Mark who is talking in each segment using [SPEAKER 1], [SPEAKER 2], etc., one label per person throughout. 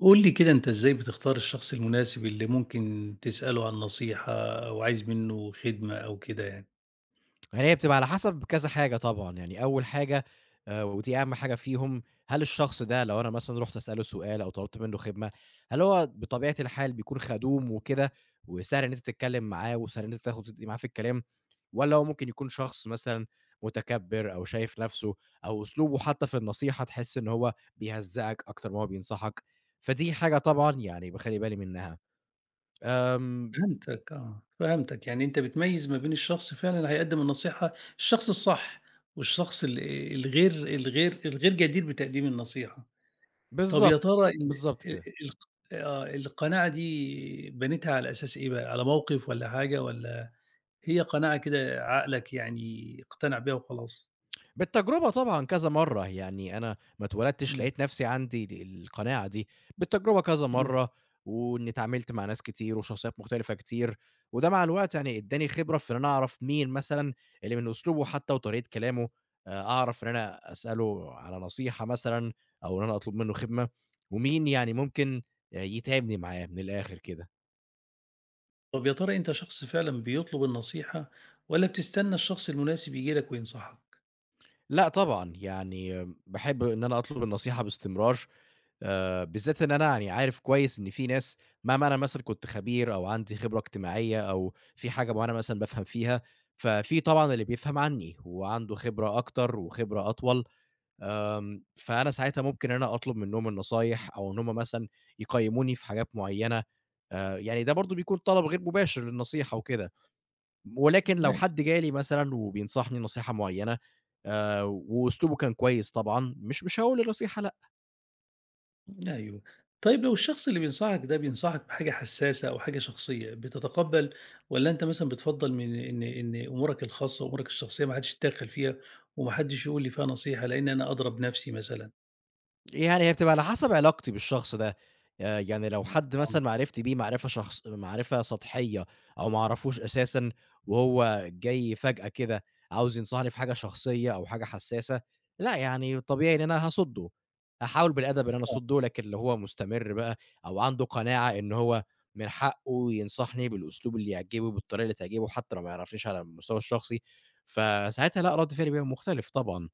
[SPEAKER 1] قُل لي كده أنت إزاي بتختار الشخص المناسب اللي ممكن تسأله عن نصيحة أو عايز منّه خدمة أو كده يعني؟
[SPEAKER 2] يعني هي بتبقى على حسب كذا حاجة طبعًا، يعني أول حاجة ودي أهم حاجة فيهم، هل الشخص ده لو أنا مثلًا رُحت أسأله سؤال أو طلبت منه خدمة، هل هو بطبيعة الحال بيكون خدوم وكده وسهل إن أنت تتكلم معاه وسهل إن أنت تاخد وتدّي معاه في الكلام، والّا هو ممكن يكون شخص مثلًا متكبر أو شايف نفسه أو أسلوبه حتى في النصيحة تحس إن هو بيهزّقك أكتر ما هو بينصحك، فدي حاجة طبعًا يعني باخلّي بالي منها. آمم
[SPEAKER 1] فهمتك آه، فهمتك، يعني أنت بتميّز ما بين الشخص فعلًا اللي هيقدّم النصيحة، الشخص الصح والشخص ال الغير الغير الغير جدير بتقديم النصيحة. طَب يا ترى
[SPEAKER 2] بالضبط،
[SPEAKER 1] ال
[SPEAKER 2] بالضبط
[SPEAKER 1] ال
[SPEAKER 2] كده.
[SPEAKER 1] الق آه، القناعة دي بنيتها على أساس إيه بقى، على موقف والّا حاجة والّا هي قناعة كده عقلك يعني اقتنع بيها وخلاص؟
[SPEAKER 2] بالتجربة طبعًا كذا مرّة، يعني أنا ما اتولدتش
[SPEAKER 1] إمم.
[SPEAKER 2] لقيت نفسي عندي ال القناعة دي، بالتجربة كذا مرّة، وإني اتعاملت مع ناس كتير وشخصيات مختلفة كتير، وده مع الوقت يعني ادّاني خبرة في إن أنا أعرف مين مثلًا اللي من أسلوبه حتى وطريقة كلامه أعرف إن أنا أسأله على نصيحة مثلًا أو إن أنا أطلب منه خدمة، ومين يعني ممكن يتعبني معاه من الآخر كده.
[SPEAKER 1] طب يا ترى أنت شخص فعلًا بيطلب النصيحة والّا بتستنى الشخص المناسب ييجي لك وينصحك؟
[SPEAKER 2] لأ طبعًا، يعني باحب إن أنا أطلب النصيحة باستمرار بالذات إن أنا يعني عارف كويس إن في ناس مهما أنا مثلًا كنت خبير أو عندي خبرة اجتماعية أو في حاجة معيّنة مثلًا بافهم فيها، ففي طبعًا اللي بيفهم عني وعنده خبرة أكتر وخبرة أطول، فأنا ساعتها ممكن إن أنا أطلب منّهم النصايح أو إن هم مثلًا يقيّموني في حاجات معيّنة، يعني ده برضه بيكون طلب غير مباشر للنصيحة وكده، ولكن لو
[SPEAKER 1] ماشي،
[SPEAKER 2] حد جه لي مثلًا وبينصحني نصيحة معيّنة وأسلوبه كان كويس طبعًا، مش هاقول النصيحة لأ.
[SPEAKER 1] أيوه. طيب لو الشخص اللي بينصحك ده بينصحك بحاجة حساسة أو حاجة شخصية، بتتقبّل والّا أنت مثلًا بتفضّل من إن أمورك الخاصة وأمورك الشخصية ما حدّش يتدخّل فيها وما حدّش يقول لي فيها نصيحة لإن أنا أدرى بنَفْسي مثلًا؟
[SPEAKER 2] يعني هي بتبقى على حسب علاقتي بالشخص ده، يعني لو حد
[SPEAKER 1] آه،
[SPEAKER 2] مثلًا معرفتي بيه معرفة شخص معرفة سطحية أو ما أعرفوش أساسًا وهو جاي فجأة كده عاوز ينصحني في حاجة شخصية أو حاجة حساسة، لأ يعني طبيعي إن أنا هاصُدّه، هاحاول بالأدب إن أنا
[SPEAKER 1] آه.
[SPEAKER 2] أصُدّه، لكن لو هو مستمر بقى أو عنده قناعة إن هو من حقه ينصحني بالأسلوب اللي يعجبه، بالطريقة اللي تعجبه، حتى لو ما يعرفنيش على المستوى الشخصي، فساعتها لأ، رَد فعلي بيبقى مختلف طبعًا.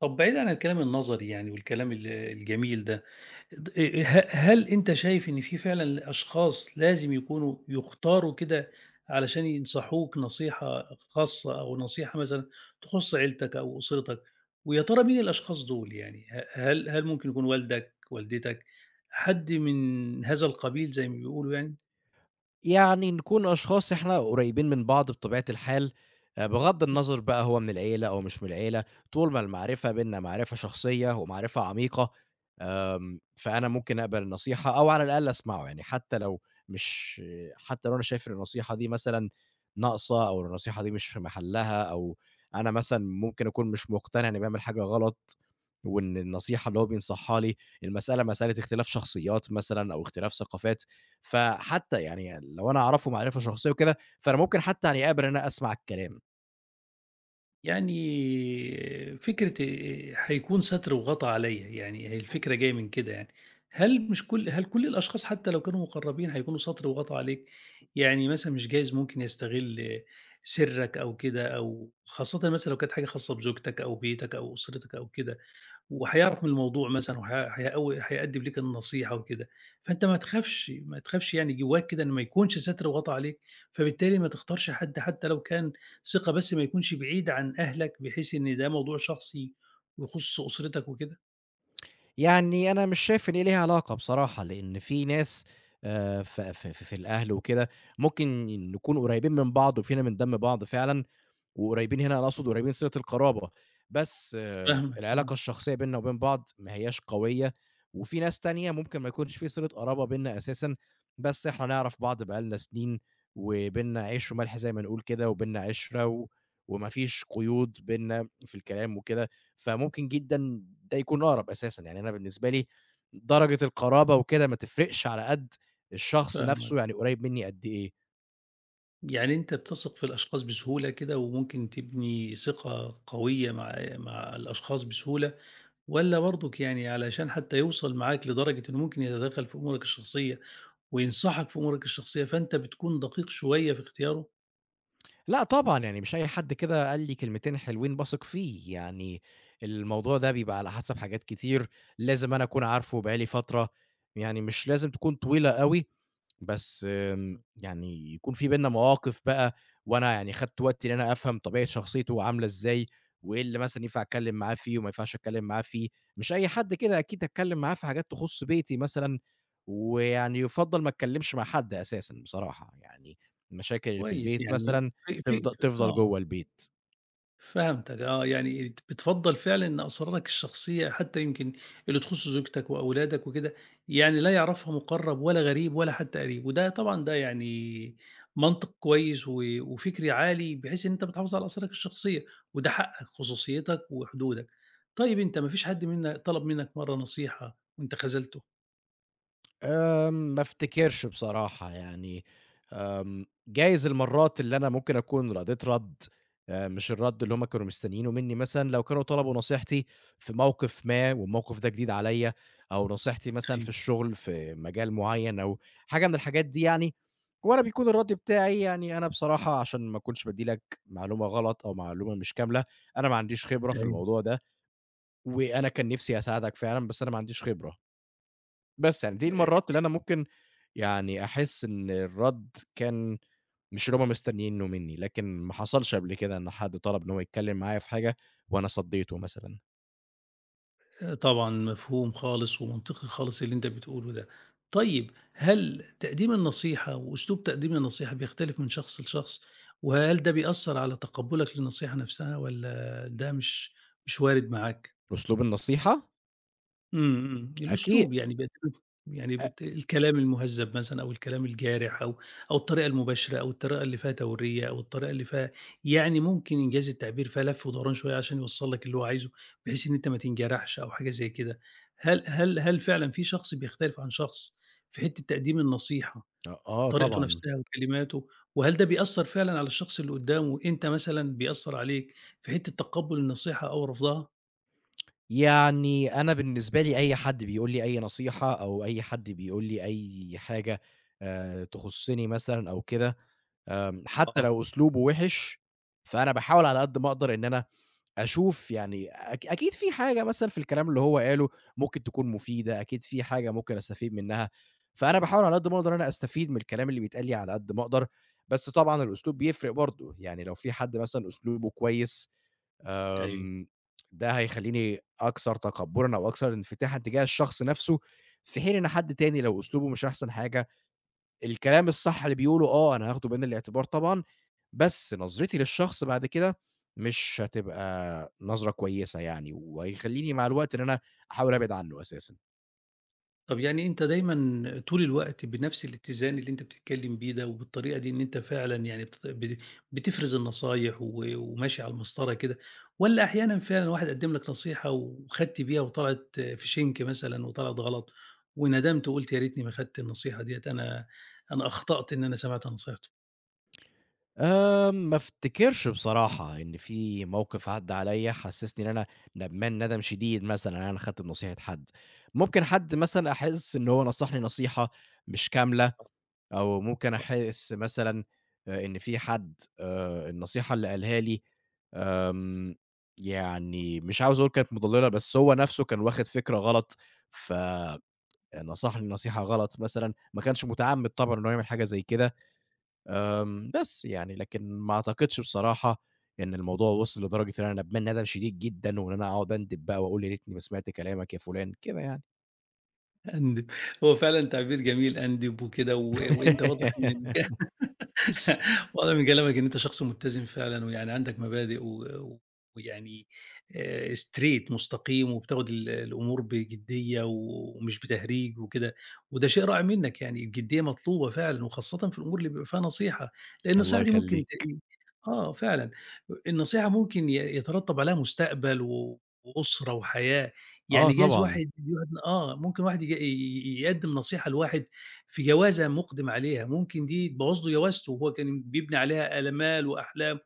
[SPEAKER 1] طب بعيدًا عن الكلام النظري يعني والكلام الجميل ده، د ه هل أنت شايف إن في فعلًا أشخاص لازم يكونوا يُختاروا كده علشان ينصحوك نصيحة خاصة أو نصيحة مثلًا تخُص عيلتك أو أسرتك، ويا ترى مين الأشخاص دول يعني؟ ه هل هل ممكن يكون والدك، والدتك، حد من هذا القبيل زي ما بيقولوا يعني؟
[SPEAKER 2] يعني نكون أشخاص إحنا قريبين من بعض بطبيعة الحال، بغض النظر بقى هو من العيلة أو مش من العيلة، طول ما المعرفة بيننا معرفة شخصية ومعرفة عميقة، آمم، فأنا ممكن أقبل النصيحة أو على الأقل أسمعه، يعني حتى لو مش حتى لو أنا شايف إن النصيحة دي مثلًا ناقصة أو النصيحة دي مش في محلها أو أنا مثلًا ممكن أكون مش مقتنع إني باعمل حاجة غلط، وإن النصيحة اللي هو بينصحها لي المسألة مسألة اختلاف شخصيات مثلًا أو اختلاف ثقافات، فحتى يعني لو أنا أعرفه معرفة شخصية وكده، فأنا ممكن حتى يعني أقبل إن أنا أسمع الكلام.
[SPEAKER 1] يعني فكرة هيكون ستر وغطا عليّا، يعني هي الفكرة جاية من كده يعني. هل مش كل هل كل الأشخاص حتى لو كانوا مُقرّبين هيكونوا ستر وغطا عليك؟ يعني مثلًا مش جايز ممكن يستغل سِرّك أو كده أو خاصةً مثلًا لو كانت حاجة خاصة بزوجتك أو بيتك أو أسرتك أو كده. وهيعرف من الموضوع مثلًا وهي هيقوي هيقدّم ليك النصيحة وكده، فأنت ما تخافش، ما تخافش يعني جواك كده إن ما يكونش سَتْر وغطا عليك، فبالتالي ما تختارش حد حتى لو كان ثقة بس ما يكونش بعيد عن أهلك، بحيث إن ده موضوع شخصي ويخُص أسرتك وكده.
[SPEAKER 2] يعني أنا مش شايف إن هي ليها علاقة بصراحة، لإن في ناس ف ف في في الأهل وكده، ممكن نكون قريبين من بعض وفينا من دم بعض فعلًا، وقريبين هنا أنا أقصد قريبين صلة القرابة، بس آه،
[SPEAKER 1] فاهمك آه،
[SPEAKER 2] العلاقة الشخصية بيننا وبين بعض ما هياش قوية، وفي ناس تانية ممكن ما يكونش في صلة قرابة بيننا أساسًا، بس إحنا نعرف بعض بقى لنا سنين، وبيننا عيش وملح زي ما نقول كده، وبيننا عِشرة و وما فيش قيود بيننا في الكلام وكده، فممكن جدًا ده يكون أقرب أساسًا، يعني أنا بالنسبة لي درجة القرابة وكده ما تفرقش على قد الشخص
[SPEAKER 1] فاهمك.
[SPEAKER 2] نفسه يعني قريب مني قد إيه.
[SPEAKER 1] يعني أنت بتثق في الأشخاص بسهولة كده وممكن تبني ثقة قوية مع الأشخاص بسهولة، والّا برضُك يعني علشان حتى يوصل معاك لدرجة إنه ممكن يتدخّل في أمورك الشخصية وينصحك في أمورك الشخصية، فأنت بتكون دقيق شوية في اختياره،
[SPEAKER 2] لأ طبعًا، يعني مش أي حد كده قال لي كلمتين حلوين باثق فيه، يعني الموضوع ده بيبقى على حسب حاجات كتير، لازم أنا أكون عارفه بقى لي فترة، يعني مش لازم تكون طويلة أوي بس آمم، يعني يكون في بيننا مواقف بقى وأنا يعني خدت وقتي إن أنا أفهم طبيعة شخصيته عاملة إزاي، وإيه اللي مثلًا ينفع أتكلم معاه فيه وما ينفعش أتكلم معاه فيه، مش أي حد كده أكيد هاتكلم معاه في حاجات تخُص بيتي مثلًا، ويعني يُفضّل ما أتكلمش مع حد أساسًا بصراحة، يعني المشاكل اللي في
[SPEAKER 1] كويس
[SPEAKER 2] البيت
[SPEAKER 1] يعني
[SPEAKER 2] مثلًا
[SPEAKER 1] في في
[SPEAKER 2] تفضل
[SPEAKER 1] آه،
[SPEAKER 2] جوّه البيت.
[SPEAKER 1] فهمتك آه، يعني بتفضّل فعلًا إن أسرارك الشخصية حتى يمكن اللي تخُص زوجتك وأولادك وكده، يعني لا يعرفها مُقرّب ولا غريب ولا حتى قريب، وده طبعًا ده يعني منطق كويس و وفكر عالي بحيث إن أنت بتحافظ على أسرارك الشخصية، وده حقك، خصوصيتك وحدودك. طيب أنت ما فيش حد منا طلب منك مرّة نصيحة وأنت خذلته؟
[SPEAKER 2] آمم، ما أفتكرش بصراحة يعني آمم، جايز المرات اللي أنا ممكن أكون رَد مش الرَد اللي هُم كانوا مستنيينه منّي مثلًا، لو كانوا طلبوا نصيحتي في موقف ما والموقف ده جديد عليّا، أو نصيحتي مثلًا في
[SPEAKER 1] أيوه،
[SPEAKER 2] الشغل في مجال معيّن أو حاجة من الحاجات دي يعني، وأنا بيكون الرَد بتاعي يعني أنا بصراحة عشان ما أكونش بادّي لك معلومة غلط أو معلومة مش كاملة، أنا ما عنديش خبرة في
[SPEAKER 1] أيوه.
[SPEAKER 2] الموضوع ده، وأنا كان نِفْسي أساعدك فعلًا بس أنا ما عنديش خبرة. بس يعني دي المرّات اللي أنا ممكن يعني أحس إن الرَد كان مش اللي هُم مستنيينه منّي، لكن ما حصلش قبل كده إن حد طلب إن هو يتكلّم معايا في حاجة وأنا صدّيته مثلًا.
[SPEAKER 1] طبعًا مفهوم خالص ومنطقي خالص اللي أنت بتقوله ده. طيب هل تقديم النصيحة وأسلوب تقديم النصيحة بيختلف من شخص لشخص، وهل ده بيأثّر على تقبُّلك للنصيحة نفسها والّا ده مش وارد معاك؟
[SPEAKER 2] أسلوب النصيحة؟
[SPEAKER 1] إمم، إمم،
[SPEAKER 2] أكي
[SPEAKER 1] الأسلوب يعني بيعتمد يعني
[SPEAKER 2] أ
[SPEAKER 1] الكلام المُهذّب مثلًا أو الكلام الجارح أو الطريقة المباشرة أو الطريقة اللي فيها تورية أو الطريقة اللي فيها يعني ممكن إنجاز التعبير فيها لَف ودوران شوية عشان يوصّل لك اللي هو عايزه، بحيث إن أنت ما تنجرحش أو حاجة زي كده. هل فعلًا في شخص بيختلف عن شخص في حتّة تقديم النصيحة،
[SPEAKER 2] آه
[SPEAKER 1] طريقته
[SPEAKER 2] طبعًا.
[SPEAKER 1] نَفْسها وكلماته، وهل ده بيأثّر فعلًا على الشخص اللي قُدّامه، أنت مثلًا بيأثّر عليك في حتّة تقبُّل النصيحة أو رفضها؟
[SPEAKER 2] يعني أنا بالنسبة لي أي حد بيقول لي أي نصيحة أو أي حد بيقول لي أي حاجة تخُصّني مثلًا أو كده، آمم حتّى
[SPEAKER 1] آه،
[SPEAKER 2] لو أسلوبه وِحِش، فأنا باحاول على قد ما أقدر إن أنا أشوف يعني أكيد في حاجة مثلًا في الكلام اللي هو قاله ممكن تكون مفيدة، أكيد في حاجة ممكن أستفيد منها، فأنا باحاول على قد ما أقدر إن أنا أستفيد من الكلام اللي بيتقال لي على قد ما أقدر، بس طبعًا الأسلوب بيفرق برضه، يعني لو في حد مثلًا أسلوبه كويس
[SPEAKER 1] أيوه.
[SPEAKER 2] آمم، ده هيخلّيني أكثر تقبُّلًا أو أكثر انفتاحًا تجاه الشخص نَفْسه، في حين إن حد تاني لو أسلوبه مش أحسن حاجة الكلام الصح اللي بيقوله آه، أنا هاخده بعين الاعتبار طبعًا، بس نظرتي للشخص بعد كده مش هتبقى نظرة كويسة يعني، وهيخلّيني مع الوقت إن أنا أحاول أبعد عنّه أساسًا.
[SPEAKER 1] طب يعني أنت دايمًا طول الوقت بنفس الاتزان اللي أنت بتتكلم بيه ده، وبالطريقة دي إن أنت فعلًا يعني بت ب بتفرز النصايح و وماشي على المسطرة كده، والّا أحيانًا فعلًا واحد قدم لك نصيحة وخدت بيها وطلعت في شِنك مثلًا وطلعت غلط، وندمت وقُلت يا ريتني ما خدت النصيحة ديّة، أنا أخطأت إن أنا سمعت نصيحته،
[SPEAKER 2] ما افتكرش بصراحة إن في موقف عدّى عليَّ حسّسني إن أنا ندمان ندم شديد مثلًا إن أنا خدت بنصيحة حد، ممكن حد مثلًا أحس إن هو نصحني نصيحة مش كاملة، أو ممكن أحس مثلًا إن في حد النصيحة اللي قالها لي آمم، يعني مش عاوز أقول كانت مُضلِّلة، بس هو نَفْسه كان واخِد فكرة غلط، فنصحني نصيحة غلط مثلًا، ما كانش مُتعمِّد طبعًا إنه يعمل حاجة زي كده، آمم، بس يعني لكن ما أعتقدش بصراحة إن الموضوع وِصل لدرجة إن أنا ندمان ندم شديد جدًا وإن أنا أقعد أندب بقى وأقول يا ريتني ما سمعت كلامك يا فُلان، كده يعني.
[SPEAKER 1] أندب هو فعلًا تعبير جميل أندب وكده و وأنت واضح إن واضح من كلامك إن أنت شخص متّزن فعلًا، ويعني عندك مبادئ و ويعني straight مستقيم، وبتاخد الأمور بجدية ومش بتهريج وكده، وده شيء رائع منّك يعني الجدية مطلوبة فعلًا، وخاصةً في الأمور اللي بيبقى فيها نصيحة، لأن
[SPEAKER 2] الله
[SPEAKER 1] النصيحة دي ممكن
[SPEAKER 2] يخلّيك.
[SPEAKER 1] آه فعلًا، النصيحة ممكن يترتب عليها مستقبل و وأسرة وحياة،
[SPEAKER 2] آه
[SPEAKER 1] يعني جايز
[SPEAKER 2] طبعًا،
[SPEAKER 1] واحد ممكن واحد يج ي يقدّم نصيحة لواحد في جوازة مُقدِم عليها، ممكن دي تبوّظ له جوازته وهو كان بيبني عليها آمال وأحلام،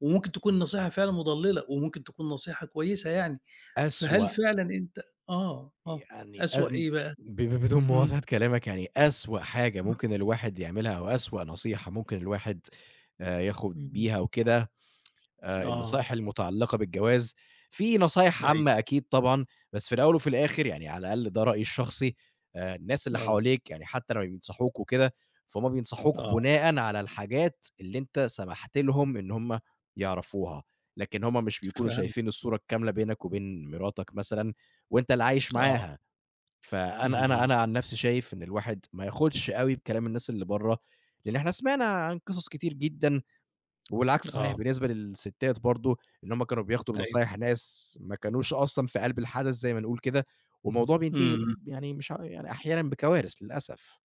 [SPEAKER 1] وممكن تكون نصيحة فعلًا مُضلِّلة وممكن تكون نصيحة كويسة يعني، فهل
[SPEAKER 2] أسوأ
[SPEAKER 1] فعلًا أنت آه، آه،
[SPEAKER 2] يعني
[SPEAKER 1] أسوأ إيه بقى؟
[SPEAKER 2] ب ب بدون
[SPEAKER 1] إمم،
[SPEAKER 2] مواصلة كلامك يعني أسوأ حاجة ممكن الواحد يعملها أو أسوأ نصيحة ممكن الواحد ياخد
[SPEAKER 1] إمم،
[SPEAKER 2] بيها وكده
[SPEAKER 1] آه،
[SPEAKER 2] النصايح المتعلقة بالجواز، في نصايح
[SPEAKER 1] أيوه،
[SPEAKER 2] عامة أكيد طبعًا، بس في الأول وفي الآخر يعني على الأقل ده رأيي الشخصي، الناس اللي
[SPEAKER 1] آه،
[SPEAKER 2] حواليك يعني حتى لمّا بينصحوك وكده، فهُم بينصحوك
[SPEAKER 1] آه،
[SPEAKER 2] بناءً على الحاجات اللي أنت سمحت لهم إن هُم يعرفوها، لكن هُم مش بيكونوا
[SPEAKER 1] فهمت،
[SPEAKER 2] شايفين الصورة الكاملة بينك وبين مراتك مثلًا وأنت اللي عايش
[SPEAKER 1] آه،
[SPEAKER 2] معاها. فأنا أنا
[SPEAKER 1] إمم،
[SPEAKER 2] أنا عن نفسي شايف إن الواحد ما ياخدش أوي بكلام الناس اللي برّه، لإن إحنا سمعنا عن قصص كتير جدًا، والعكس صحيح
[SPEAKER 1] آه،
[SPEAKER 2] بالنسبة للستات برضه، إن هُم كانوا بياخدوا
[SPEAKER 1] أيوه،
[SPEAKER 2] بنصايح ناس ما كانوش أصلًا في قلب الحدث زي ما نقول كده، والموضوع بينتهي
[SPEAKER 1] إمم.
[SPEAKER 2] يعني مش ع يعني أحيانًا بكوارث للأسف.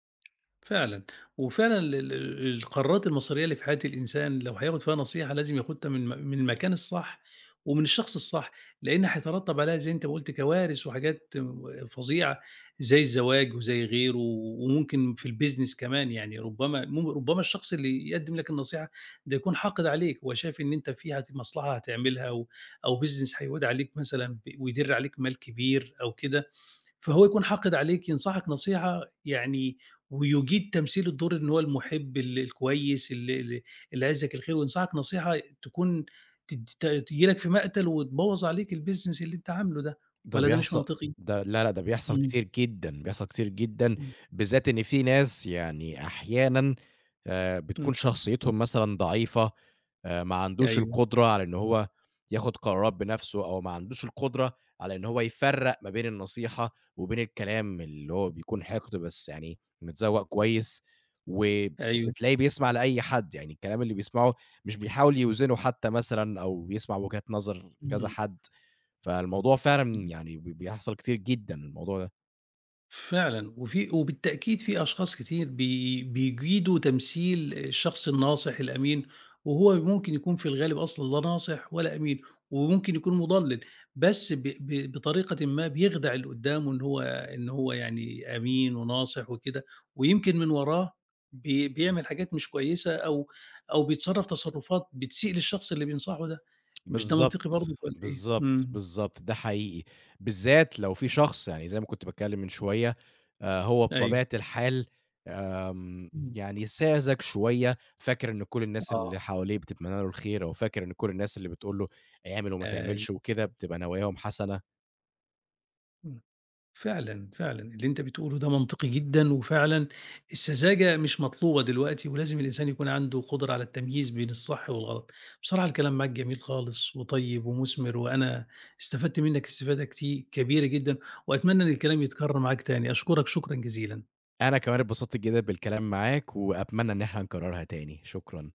[SPEAKER 1] فعلًا، وفعلًا ال ال القرارات المصيرية اللي في حياة الإنسان لو هياخد فيها نصيحة لازم ياخدها من المكان الصح، ومن الشخص الصح، لإن هيترتب عليها زي أنت ما قُلت كوارث وحاجات فظيعة، زي الزواج وزي غيره، وممكن في الbusiness كمان يعني ربما الشخص اللي يقدم لك النصيحة ده يكون حاقد عليك، هو شايف إن أنت في مصلحة هتعملها أو business هيعود عليك مثلًا ويدِر عليك مال كبير أو كده، فهو يكون حاقد عليك ينصحك نصيحة يعني ويجيد تمثيل الدور إن هو المحب الكويس ال ال اللي عايز لك الخير وينصحك نصيحة تكون ت ت تيجي لك في مقتل وتبوّظ عليك الbusiness اللي أنت عامله ده،
[SPEAKER 2] ده
[SPEAKER 1] والّا ده مش
[SPEAKER 2] بيحصل
[SPEAKER 1] منطقي؟
[SPEAKER 2] ده لا، لا، ده بيحصل
[SPEAKER 1] إمم،
[SPEAKER 2] كتير جدًا، بيحصل كتير جدًا،
[SPEAKER 1] إمم،
[SPEAKER 2] بالذات إن في ناس يعني أحيانًا
[SPEAKER 1] إمم،
[SPEAKER 2] بتكون شخصيتهم مثلًا ضعيفة ما عندوش
[SPEAKER 1] أيوه،
[SPEAKER 2] القدرة على إن هو ياخد قرارات بنَفْسه أو ما عندوش القدرة على إن هو يفرّق ما بين النصيحة وبين الكلام اللي هو بيكون حِقد بس يعني متذوّق كويس،
[SPEAKER 1] أيوه،
[SPEAKER 2] وبتلاقيه بيسمع لأي حد، يعني الكلام اللي بيسمعه مش بيحاول يوزنه حتى مثلًا أو بيسمع وجهات نظر كذا
[SPEAKER 1] إمم،
[SPEAKER 2] حد، فالموضوع فعلًا
[SPEAKER 1] إمم.
[SPEAKER 2] يعني بيحصل كتير جدًا الموضوع ده.
[SPEAKER 1] فعلًا، وبالتأكيد في أشخاص كتير بيجيدوا تمثيل الشخص الناصح الأمين، وهو ممكن يكون في الغالب أصلًا لا ناصح ولا أمين، وممكن يكون مضلل، بس ب ب بطريقةٍ ما بيخدع اللي قدامه إن هو يعني أمين وناصح وكده، ويمكن من وراه بيعمل حاجات مش كويسة أو بيتصرف تصرفات بتسيء للشخص اللي بينصحه ده، مش ده منطقي
[SPEAKER 2] بالضبط،
[SPEAKER 1] برضك والّا إيه؟
[SPEAKER 2] بالضبط،
[SPEAKER 1] إمم،
[SPEAKER 2] بالضبط، ده حقيقي، بالذات لو في شخص يعني زي ما كنت باتكلم من شوية، هو
[SPEAKER 1] أيوه،
[SPEAKER 2] بطبيعة الحال آمم،
[SPEAKER 1] إمم.
[SPEAKER 2] يعني ساذج شوية، فاكر إن كل الناس
[SPEAKER 1] آه،
[SPEAKER 2] اللي حواليه بتتمنى له الخير، أو فاكر إن كل الناس اللي بتقول له اعمل وما
[SPEAKER 1] أيوه.
[SPEAKER 2] تعملش وكده بتبقى نواياهم حسنة.
[SPEAKER 1] فعلًا، فعلًا، اللي أنت بتقوله ده منطقي جدًا، وفعلًا السذاجة مش مطلوبة دلوقتي، ولازم الإنسان يكون عنده قدرة على التمييز بين الصح والغلط. بصراحة الكلام معاك جميل خالص وطيب ومُثمر، وأنا استفدت منك استفادة كبيرة جدًا، وأتمنى إن الكلام يتكرر معاك تاني. أشكرك شكرًا جزيلًا.
[SPEAKER 2] أنا كمان اتبسطت جدًا بالكلام معاك، وأتمنى إن إحنا نكررها تاني، شكرًا.